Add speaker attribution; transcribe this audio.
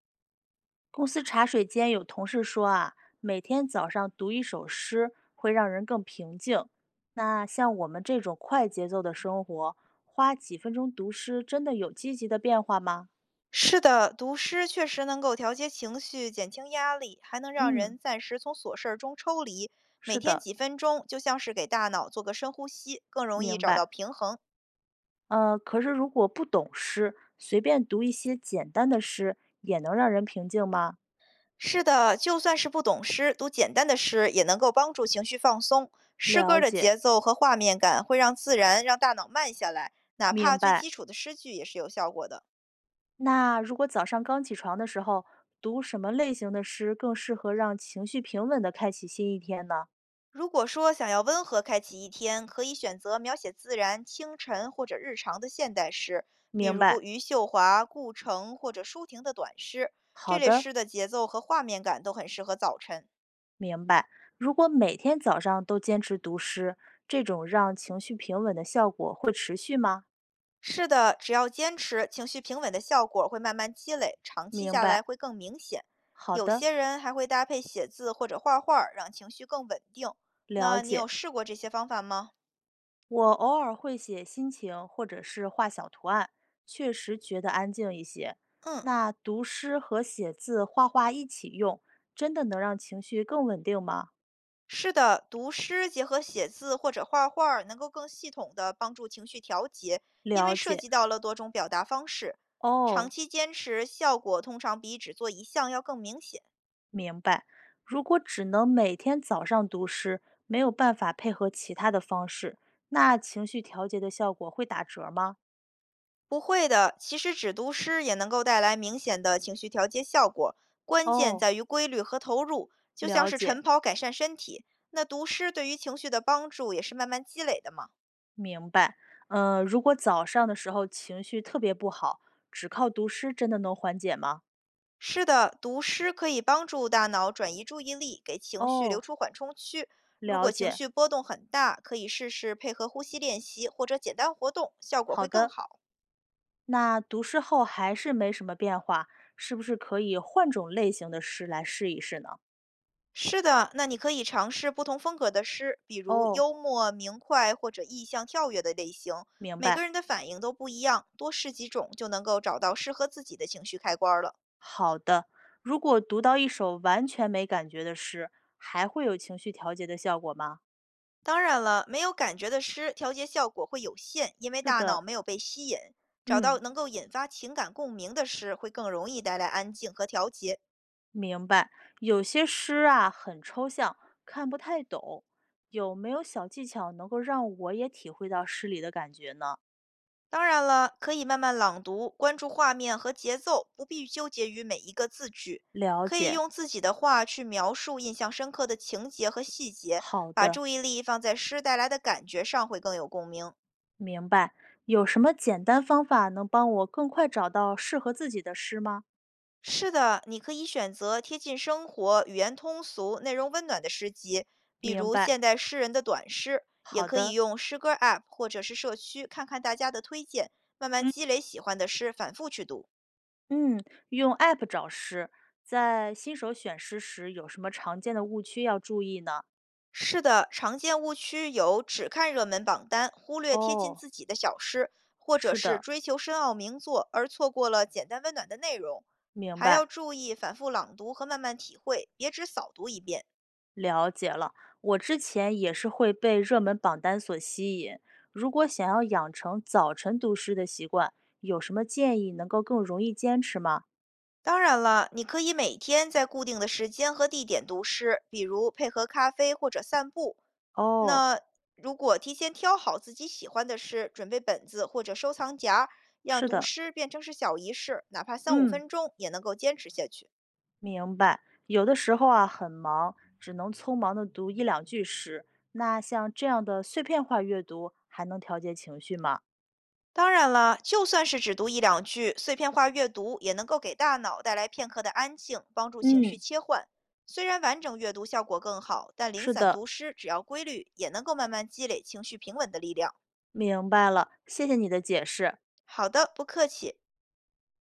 Speaker 1: 公司茶水间有同事说啊，每天早上读一首诗会让人更平静。那像我们这种快节奏的生活，花几分钟读诗真的有积极的变化吗？
Speaker 2: 是的，读诗确实能够调节情绪、减轻压力，还能让
Speaker 1: 嗯，
Speaker 2: 人暂时从琐事儿中抽离。
Speaker 1: 是
Speaker 2: 每天
Speaker 1: 的，
Speaker 2: 几分钟，就像是给大脑做个深呼吸，更容易
Speaker 1: 明
Speaker 2: 找
Speaker 1: 白。
Speaker 2: 到平衡。
Speaker 1: 可是如果不懂诗，随便读一些简单的诗，也能让人平静吗？
Speaker 2: 是的，就算是不懂诗，读简单的诗也能够帮助情绪放松。诗
Speaker 1: 了
Speaker 2: 歌的
Speaker 1: 解，
Speaker 2: 节奏和画面感会让自然让大脑慢下来，哪
Speaker 1: 明
Speaker 2: 怕最
Speaker 1: 白。
Speaker 2: 基础的诗句也是有效果的。
Speaker 1: 那如果早上刚起床的时候，读什么类型的诗更适合让情绪平稳的开启新一天呢？
Speaker 2: 如果说想要温和开启一天，可以选择描写自然、清晨或者日常的现代诗，比
Speaker 1: 明
Speaker 2: 如
Speaker 1: 白。
Speaker 2: 余秀华、顾城或者舒婷的短诗。这
Speaker 1: 好
Speaker 2: 类
Speaker 1: 的，
Speaker 2: 诗的节奏和画面感都很适合早晨。
Speaker 1: 明白。如果每天早上都坚持读诗，这种让情绪平稳的效果会持续吗？
Speaker 2: 是的，只要坚持，情绪平稳的效果会慢慢积累，长期
Speaker 1: 明
Speaker 2: 下来
Speaker 1: 白。
Speaker 2: 会更明显。
Speaker 1: 好
Speaker 2: 有
Speaker 1: 的，
Speaker 2: 些人还会搭配写字或者画画儿让情绪更稳定。
Speaker 1: 了
Speaker 2: 那你
Speaker 1: 解。
Speaker 2: 有试过这些方法吗？
Speaker 1: 我偶尔会写心情，或者是画小图案，确实觉得安静一些。
Speaker 2: 嗯。
Speaker 1: 那读诗和写字、画画一起用，真的能让情绪更稳定吗？
Speaker 2: 是的，读诗结合写字或者画画儿能够更系统地帮助情绪调节，因
Speaker 1: 了
Speaker 2: 为涉
Speaker 1: 解。
Speaker 2: 及到了多种表达方式。长
Speaker 1: 哦，
Speaker 2: 期坚持，效果通常比只做一项要更明显。
Speaker 1: 明白。如果只能每天早上读诗，没有办法配合其他的方式，那情绪调节的效果会打折吗？
Speaker 2: 不会的，其实只读诗也能够带来明显的情绪调节效果，关键
Speaker 1: 哦，
Speaker 2: 在于规律和投入。就像
Speaker 1: 了
Speaker 2: 是
Speaker 1: 解，
Speaker 2: 晨跑改善身体，那读诗对于情绪的帮助也是慢慢积累的嘛。
Speaker 1: 明白。嗯，如果早上的时候情绪特别不好，只靠读诗真的能缓解吗？
Speaker 2: 是的，读诗可以帮助大脑转移注意力，给情绪留
Speaker 1: 哦，
Speaker 2: 出缓冲区。如
Speaker 1: 了
Speaker 2: 果情
Speaker 1: 解。
Speaker 2: 绪波动很大，可以试试配合呼吸练习或者简单活动，效果
Speaker 1: 好
Speaker 2: 会更
Speaker 1: 的，
Speaker 2: 好。
Speaker 1: 那读诗后还是没什么变化，是不是可以换种类型的诗来试一试呢？
Speaker 2: 是的，那你可以尝试不同风格的诗，比如
Speaker 1: 哦，
Speaker 2: 幽默、明快或者意象跳跃的类型。
Speaker 1: 明
Speaker 2: 每个
Speaker 1: 白。
Speaker 2: 人的反应都不一样，多试几种就能够找到适合自己的情绪开关了。
Speaker 1: 好的，如果读到一首完全没感觉的诗，还会有情绪调节的效果吗？
Speaker 2: 当然了，没有感觉的诗调节效果会有限，因为
Speaker 1: 是
Speaker 2: 大
Speaker 1: 的，
Speaker 2: 脑没有被吸引。找
Speaker 1: 嗯，
Speaker 2: 到能够引发情感共鸣的诗，会更容易带来安静和调节。
Speaker 1: 明白。有些诗啊很抽象，看不太懂，有没有小技巧能够让我也体会到诗里的感觉呢？
Speaker 2: 当然了，可以慢慢朗读，关注画面和节奏，不必纠结于每一个字句。
Speaker 1: 了
Speaker 2: 可以
Speaker 1: 解，
Speaker 2: 用自己的话去描述印象深刻的情节和细节，
Speaker 1: 好
Speaker 2: 把
Speaker 1: 的，
Speaker 2: 注意力放在诗带来的感觉上，会更有共鸣。
Speaker 1: 明白。有什么简单方法能帮我更快找到适合自己的诗吗？
Speaker 2: 是的，你可以选择贴近生活、语言通俗、内容温暖的诗集，比
Speaker 1: 明
Speaker 2: 如
Speaker 1: 白，
Speaker 2: 现代诗人的短诗，也
Speaker 1: 好
Speaker 2: 可以
Speaker 1: 的，
Speaker 2: 用诗歌 App 或者是社区看看大家的推荐，慢慢
Speaker 1: 嗯。
Speaker 2: 积累喜欢的诗，反复去读。
Speaker 1: 嗯，用 App 找诗，在新手选诗时有什么常见的误区要注意呢？
Speaker 2: 是的，常见误区有只看热门榜单，忽略贴近
Speaker 1: 哦，
Speaker 2: 自己的小诗，或者
Speaker 1: 是
Speaker 2: 是
Speaker 1: 的，
Speaker 2: 追求深奥名作而错过了简单温暖的内容。
Speaker 1: 明
Speaker 2: 还要
Speaker 1: 白，
Speaker 2: 注意反复朗读和慢慢体会，别只扫读一遍。
Speaker 1: 了解了。我之前也是会被热门榜单所吸引。如果想要养成早晨读诗的习惯，有什么建议能够更容易坚持吗？
Speaker 2: 当然了，你可以每天在固定的时间和地点读诗，比如配合咖啡或者散步。
Speaker 1: 哦，
Speaker 2: 那如果提前挑好自己喜欢的诗，准备本子或者收藏夹，让
Speaker 1: 是
Speaker 2: 读
Speaker 1: 的，
Speaker 2: 诗变成是小仪式，哪怕三五
Speaker 1: 嗯，
Speaker 2: 分钟也能够坚持下去。
Speaker 1: 明白。有的时候啊，很忙，只能匆忙的读一两句诗。那像这样的碎片化阅读，还能调节情绪吗？
Speaker 2: 当然了，就算是只读一两句，碎片化阅读也能够给大脑带来片刻的安静，帮助情绪
Speaker 1: 嗯，
Speaker 2: 切换。虽然完整阅读效果更好，但零
Speaker 1: 是
Speaker 2: 散
Speaker 1: 的，
Speaker 2: 读诗只要规律，也能够慢慢积累情绪平稳的力量。
Speaker 1: 明白了，谢谢你的解释。
Speaker 2: 好的，不客气。